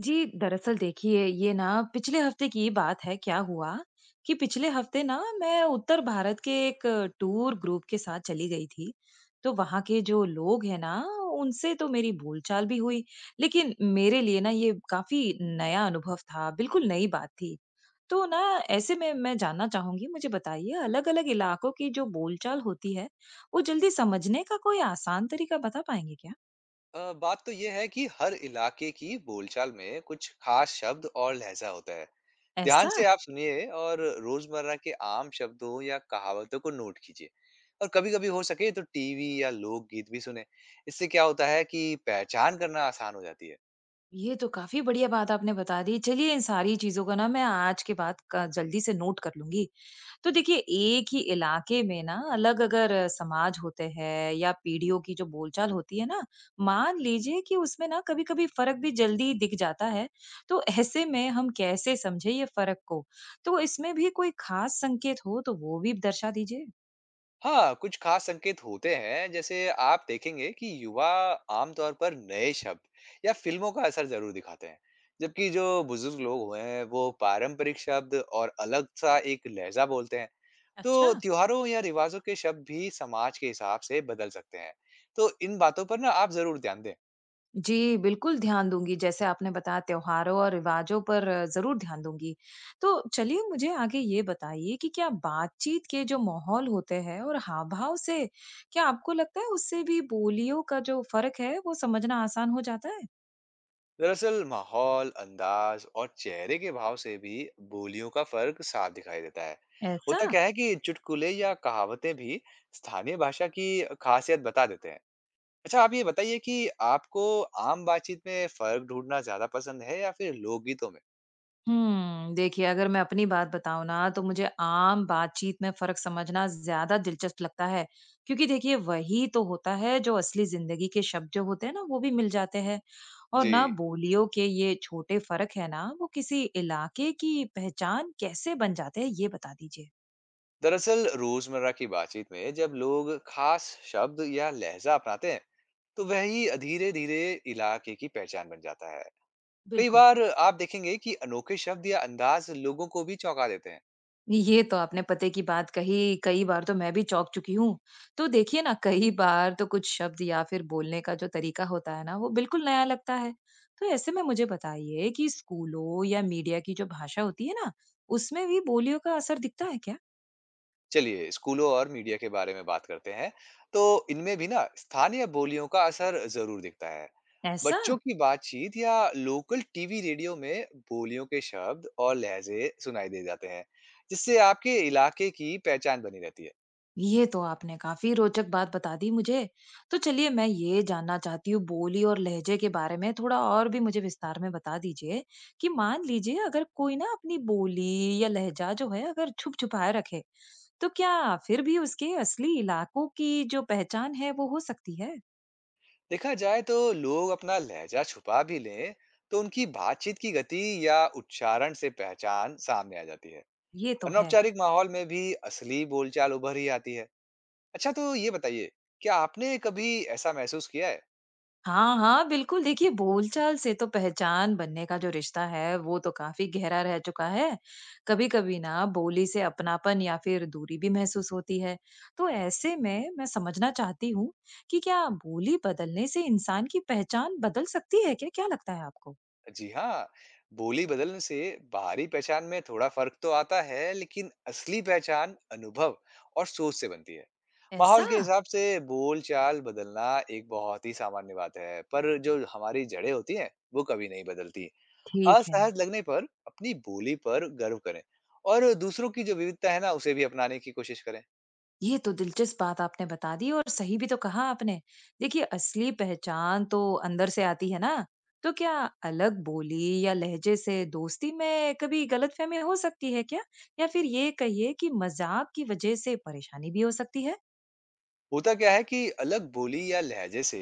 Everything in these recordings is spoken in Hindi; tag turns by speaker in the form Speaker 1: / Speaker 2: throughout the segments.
Speaker 1: जी, दरअसल देखिए ये ना पिछले हफ्ते की बात है, क्या हुआ कि पिछले हफ्ते ना मैं उत्तर भारत के एक टूर ग्रुप के साथ चली गई थी। तो वहाँ के जो लोग हैं ना, उनसे तो मेरी बोलचाल भी हुई, लेकिन मेरे लिए ना ये काफ़ी नया अनुभव था, बिल्कुल नई बात थी। तो ना ऐसे में मैं जानना चाहूँगी, मुझे बताइए अलग-अलग इलाकों की जो बोलचाल होती है, वो जल्दी समझने का कोई आसान तरीका बता पाएँगे क्या?
Speaker 2: बात तो ये है कि हर इलाके की बोलचाल में कुछ खास शब्द और लहजा होता है। ध्यान
Speaker 1: ऐसा?
Speaker 2: से आप सुनिए और रोजमर्रा के आम शब्दों या कहावतों को नोट कीजिए। और कभी-कभी हो सके तो टीवी या लोकगीत भी सुने। इससे क्या होता है कि पहचान करना आसान हो जाती है।
Speaker 1: ये तो काफ़ी बढ़िया बात आपने बता दी। चलिए इन सारी चीज़ों को ना मैं आज के बाद क जल्दी से नोट कर लूँगी। तो देखिए एक ही इलाके में ना अलग अगर समाज होते हैं या पीढ़ियों की जो बोलचाल होती है ना, मान लीजिए कि उसमें ना कभी-कभी फ़र्क भी जल्दी दिख जाता है। तो ऐसे में हम कैसे समझें ये फ़र्क को? तो इसमें भी कोई ख़ास संकेत हो तो वो भी दर्शा दीजिए।
Speaker 2: हाँ, कुछ खास संकेत होते हैं जैसे आप देखेंगे कि युवा आमतौर पर नए शब्द या फिल्मों का असर जरूर दिखाते हैं। जबकि जो बुजुर्ग लोग हुए हैं वो पारंपरिक शब्द और अलग सा एक लहजा बोलते हैं।
Speaker 1: अच्छा।
Speaker 2: तो त्योहारों या रिवाजों के शब्द भी समाज के हिसाब से बदल सकते हैं, तो इन बातों पर ना आप जरूर ध्यान दें।
Speaker 1: जी, बिल्कुल ध्यान दूँगी। जैसे आपने बताया त्योहारों और रिवाज़ों पर ज़रूर ध्यान दूँगी। तो चलिए मुझे आगे ये बताइए कि क्या बातचीत के जो माहौल होते हैं और हाव-भाव से क्या आपको लगता है उससे भी बोलियों का जो फ़र्क है वो समझना आसान हो जाता है?
Speaker 2: दरअसल माहौल, अंदाज और चेहरे के भाव से भी बोलियों का फर्क साफ दिखाई देता है।
Speaker 1: ऐसा?
Speaker 2: होता क्या है कि चुटकुले या कहावतें भी स्थानीय भाषा की खासियत बता देते हैं। अच्छा, आप ये बताइए कि आपको आम बातचीत में फर्क ढूंढना ज्यादा पसंद है या फिर लोकगीतों में।
Speaker 1: देखिए अगर मैं अपनी बात बताऊँ ना तो मुझे आम बातचीत में फ़र्क समझना ज़्यादा दिलचस्प लगता है। क्योंकि देखिए वही तो होता है जो असली ज़िंदगी के शब्द जो होते हैं ना वो भी मिल जाते हैं। और
Speaker 2: जी,
Speaker 1: ना बोलियों के ये छोटे फ़र्क है ना वो किसी इलाके की पहचान कैसे बन जाते हैं ये बता दीजिए?
Speaker 2: दरअसल रोजमर्रा की बातचीत में जब लोग खास शब्द या लहजा अपनाते हैं, तो वही धीरे-धीरे इलाके की पहचान बन जाता है। कई
Speaker 1: बिल्कुल।
Speaker 2: बार आप देखेंगे कि अनोखे शब्द या अंदाज़ लोगों को भी चौंका देते हैं।
Speaker 1: ये तो आपने पते की बात कही, कई बार तो मैं भी चौंक चुकी हूँ। तो देखिए ना, कई बार तो कुछ शब्द या फिर बोलने का जो तरीका होता है ना, वो बिल्कुल नया लगता है। तो ऐसे में मुझे बताइए कि स्कूलों या मीडिया की जो भाषा होती है ना, उसमें भी बोलियों का असर दिखता है क्या?
Speaker 2: चलिए, स्कूलों और मीडिया के बारे में बात करते हैं। तो इनमें भी ना स्थानीय बोलियों का असर ज़रूर दिखता है।
Speaker 1: ऐसा?
Speaker 2: बच्चों की बातचीत या लोकल टीवी, रेडियो में बोलियों के शब्द और लहज़े सुनाई दे जाते हैं, जिससे आपके इलाके की पहचान बनी रहती है।
Speaker 1: ये तो आपने काफी रोचक बात बता दी मुझे। तो चलिए मैं ये जानना चाहती हूँ बोली और लहजे के बारे में थोड़ा और भी मुझे विस्तार में बता दीजिए कि मान लीजिए अगर कोई ना अपनी बोली या लहजा जो है अगर छुप-छुपाए रखे, तो क्या फिर भी उसके असली इलाकों की जो पहचान है वो हो सकती है?
Speaker 2: देखा जाए तो लोग अपना लहजा छुपा भी लें तो उनकी बातचीत की गति या उच्चारण से पहचान सामने आ जाती है।
Speaker 1: ये तो है।
Speaker 2: अनौपचारिक माहौल में भी असली बोलचाल उभर ही आती है। अच्छा, तो ये बताइए, क्या आपने कभी ऐसा महसूस किया है?
Speaker 1: हाँ, हाँ, बिल्कुल देखिए बोलचाल से तो पहचान बनने का जो रिश्ता है वो तो काफ़ी गहरा रह चुका है। कभी-कभी ना बोली से अपनापन या फ़िर दूरी भी महसूस होती है। तो ऐसे में मैं समझना चाहती हूँ कि क्या बोली बदलने से इंसान की पहचान बदल सकती है क्या? क्या लगता है आपको?
Speaker 2: जी हाँ, बोली बदलने से बाहरी पहचान में थोड़ा फर्क तो आता है, लेकिन असली पहचान अनुभव और सोच से बनती है।
Speaker 1: ऐसा?
Speaker 2: माहौल के हिसाब से बोलचाल बदलना एक बहुत ही सामान्य बात है, पर जो हमारी जड़ें होती हैं वो कभी नहीं बदलती।
Speaker 1: ठीक है।
Speaker 2: असहज लगने पर अपनी बोली पर गर्व करें और दूसरों की जो विविधता है ना उसे भी अपनाने की कोशिश करें।
Speaker 1: ये तो दिलचस्प बात आपने बता दी और सही भी तो कहा आपने। देखिए असली पहचान तो अंदर से आती है ना, तो क्या अलग बोली या लहजे से दोस्ती में कभी गलतफहमी हो सकती है क्या? या फिर ये कहिए कि मज़ाक की वज़ह से परेशानी भी हो सकती है?
Speaker 2: होता क्या है कि अलग बोली या लहजे से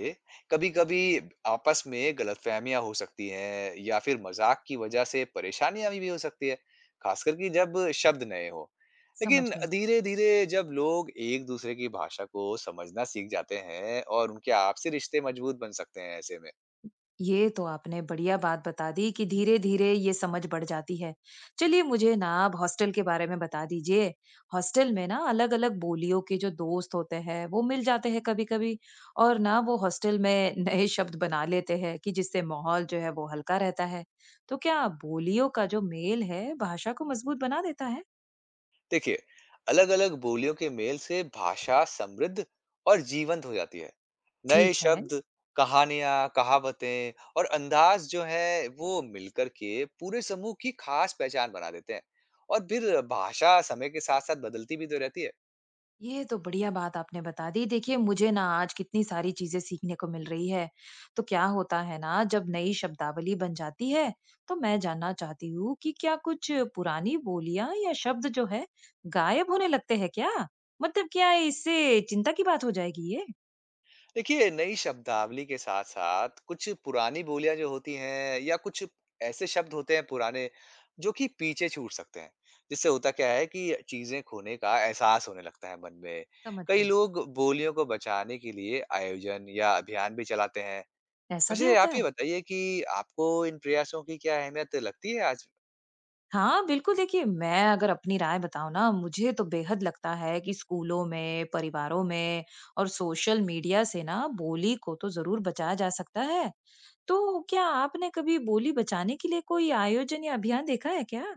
Speaker 2: कभी कभी आपस में गलतफहमियां हो सकती हैं या फिर मजाक की वजह से परेशानियां भी हो सकती है, खासकर कि जब शब्द नए हो।
Speaker 1: समझ
Speaker 2: लेकिन
Speaker 1: गई।
Speaker 2: धीरे धीरे जब लोग एक दूसरे की भाषा को समझना सीख जाते हैं और उनके आपसी रिश्ते मजबूत बन सकते हैं ऐसे में।
Speaker 1: ये तो आपने बढ़िया बात बता दी कि धीरे धीरे ये समझ बढ़ जाती है। चलिए मुझे ना आप हॉस्टल के बारे में बता दीजिए। हॉस्टल में ना अलग अलग बोलियों के जो दोस्त होते हैं वो मिल जाते हैं कभी कभी और ना वो हॉस्टल में नए शब्द बना लेते हैं कि जिससे माहौल जो है वो हल्का रहता है। तो क्या बोलियों का जो मेल है भाषा को मजबूत बना देता है?
Speaker 2: देखिए, अलग-अलग बोलियों के मेल से भाषा समृद्ध और जीवंत हो जाती है। नए
Speaker 1: ठीक है।
Speaker 2: शब्द, कहानियां, कहावतें और अंदाज जो है वो मिलकर के पूरे समूह की खास पहचान बना देते हैं। और फिर भाषा समय के साथ साथ बदलती भी तो रहती है।
Speaker 1: ये तो बढ़िया बात आपने बता दी। देखिए मुझे ना आज कितनी सारी चीजें सीखने को मिल रही है। तो क्या होता है ना जब नई शब्दावली बन जाती है तो मैं जानना चाहती हूँ कि क्या कुछ पुरानी बोलियां या शब्द जो है गायब होने लगते हैं क्या? मतलब क्या इससे चिंता की बात हो जाएगी ये?
Speaker 2: देखिए, नई शब्दावली के साथ-साथ कुछ पुरानी बोलियाँ जो होती हैं या कुछ ऐसे शब्द होते हैं पुराने, जो कि पीछे छूट सकते हैं। जिससे होता क्या है कि चीज़ें खोने का एहसास होने लगता है मन में।
Speaker 1: समझ
Speaker 2: कई
Speaker 1: गई।
Speaker 2: लोग बोलियों को बचाने के लिए आयोजन या अभियान भी चलाते हैं।
Speaker 1: ऐसा भी
Speaker 2: वैसे आप
Speaker 1: होता
Speaker 2: ये
Speaker 1: है?
Speaker 2: बताइए कि आपको इन प्रयासों की क्या अहमियत लगती है आज?
Speaker 1: हाँ, बिल्कुल देखिए, मैं अगर अपनी राय बताऊँ ना, मुझे तो बेहद लगता है कि स्कूलों में, परिवारों में और सोशल मीडिया से ना बोली को तो ज़रूर बचाया जा सकता है। तो क्या आपने कभी बोली बचाने के लिए कोई आयोजन या अभियान देखा है क्या?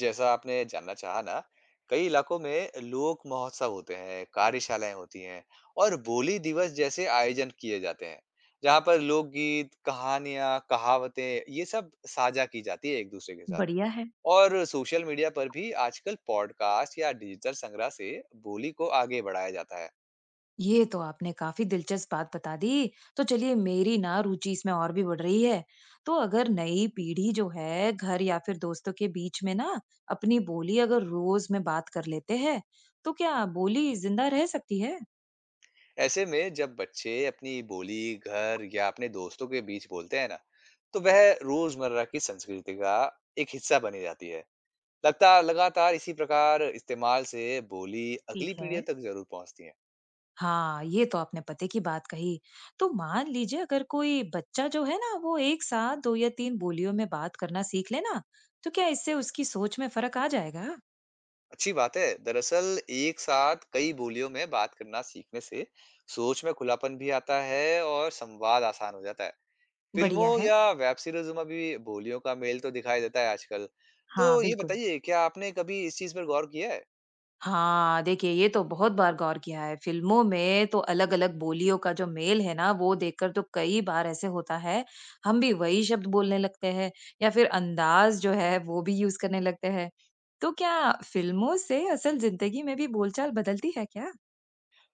Speaker 2: जैसा आपने जानना चाहा ना, कई इलाकों में लोक महोत्सव होते हैं, कार्यशालाएँ होती हैं और बोली दिवस जैसे आयोजन किए जाते हैं, जहाँ पर लोकगीत, कहानियाँ, कहावतें ये सब साझा की जाती है एक-दूसरे के साथ।
Speaker 1: बढ़िया है।
Speaker 2: और सोशल मीडिया पर भी आजकल पॉडकास्ट या डिजिटल संग्रह से बोली को आगे बढ़ाया जाता है।
Speaker 1: ये तो आपने काफी दिलचस्प बात बता दी। तो चलिए मेरी ना रुचि इसमें और भी बढ़ रही है। तो अगर नई पीढ़ी जो है घर या फिर दोस्तों के बीच में ना अपनी बोली अगर रोज में बात कर लेते हैं तो क्या बोली जिंदा रह सकती है?
Speaker 2: ऐसे में जब बच्चे अपनी बोली घर या अपने दोस्तों के बीच बोलते हैं ना, तो वह रोज़मर्रा की संस्कृति का एक हिस्सा बनी जाती है। लगता लगातार इसी प्रकार इस्तेमाल से बोली
Speaker 1: ठीक
Speaker 2: अगली पीढ़ियों
Speaker 1: है।
Speaker 2: तक ज़रूर पहुँचती है।
Speaker 1: हाँ, ये तो आपने पते की बात कही। तो मान लीजिए अगर कोई बच्चा जो है ना वो एक साथ दो या तीन बोलियों में बात करना सीख लेना तो क्या इससे उसकी सोच में फर्क आ जाएगा?
Speaker 2: अच्छी बात है। दरअसल एक साथ कई बोलियों में बात करना सीखने से सोच में खुलापन भी आता है और संवाद आसान हो जाता है। फ़िल्मों
Speaker 1: बढ़िया है।
Speaker 2: या वेब सीरीज़ में भी बोलियों का मेल तो दिखाई देता है आजकल। तो
Speaker 1: हाँ,
Speaker 2: ये
Speaker 1: बिल्कुल।
Speaker 2: बताइए, क्या आपने कभी इस चीज़ पर गौर किया है?
Speaker 1: हाँ, देखिए ये तो बहुत बार गौर किया है। फ़िल्मों में तो अलग-अलग बोलियों का जो मेल है ना, वो देखकर तो कई बार ऐसे होता है, हम भी वही शब्द बोलने लगते हैं या फिर अंदाज़ जो है वो भी यूज़ करने लगते हैं। तो क्या फ़िल्मों से असल ज़िंदगी में भी बोलचाल बदलती है क्या?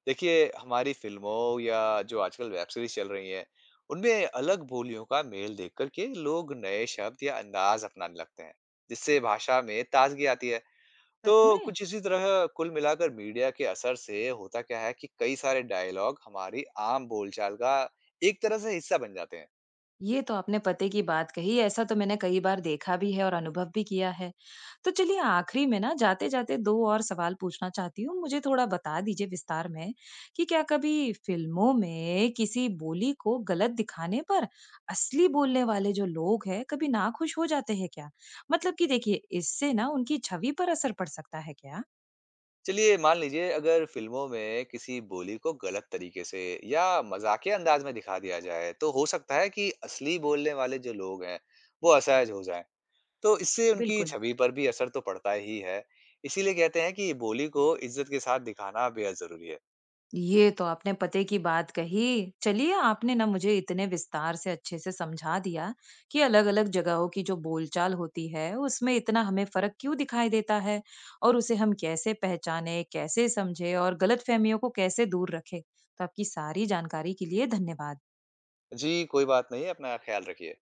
Speaker 2: देखिए, हमारी फिल्मों या जो आजकल वेब सीरीज चल रही हैं उनमें अलग बोलियों का मेल देख करके लोग नए शब्द या अंदाज अपनाने लगते हैं, जिससे भाषा में ताजगी आती है। तो
Speaker 1: सच में?
Speaker 2: कुछ इसी तरह कुल मिलाकर मीडिया के असर से होता क्या है कि कई सारे डायलॉग हमारी आम बोलचाल का एक तरह से हिस्सा बन जाते हैं।
Speaker 1: ये तो आपने पते की बात कही, ऐसा तो मैंने कई बार देखा भी है और अनुभव भी किया है। तो चलिए आखिरी में ना जाते-जाते 2 और सवाल पूछना चाहती हूँ, मुझे थोड़ा बता दीजिए विस्तार में कि क्या कभी फ़िल्मों में किसी बोली को गलत दिखाने पर असली बोलने वाले जो लोग हैं, कभी नाखुश हो जाते हैं क्या? मतलब कि देखिए, इससे ना उनकी छवि पर असर पड़ सकता है क्या?
Speaker 2: चलिए, मान लीजिए अगर फिल्मों में किसी बोली को गलत तरीके से या मजाकिया अंदाज में दिखा दिया जाए तो हो सकता है कि असली बोलने वाले जो लोग हैं वो असहज हो जाएं, तो इससे उनकी
Speaker 1: बिल्कुल।
Speaker 2: छवि पर भी असर तो पड़ता ही है। इसीलिए कहते हैं कि बोली को इज़्ज़त के साथ दिखाना बेहद ज़रूरी है।
Speaker 1: ये तो आपने पते की बात कही। चलिए, आपने ना मुझे इतने विस्तार से अच्छे से समझा दिया कि अलग-अलग जगहों की जो बोलचाल होती है, उसमें इतना हमें फ़र्क क्यों दिखाई देता है और उसे हम कैसे पहचानें, कैसे समझें और गलतफ़हमियों को कैसे दूर रखें। तो आपकी सारी जानकारी के लिए धन्यवाद।
Speaker 2: जी, कोई बात नहीं, अपना ख़्याल रखिए।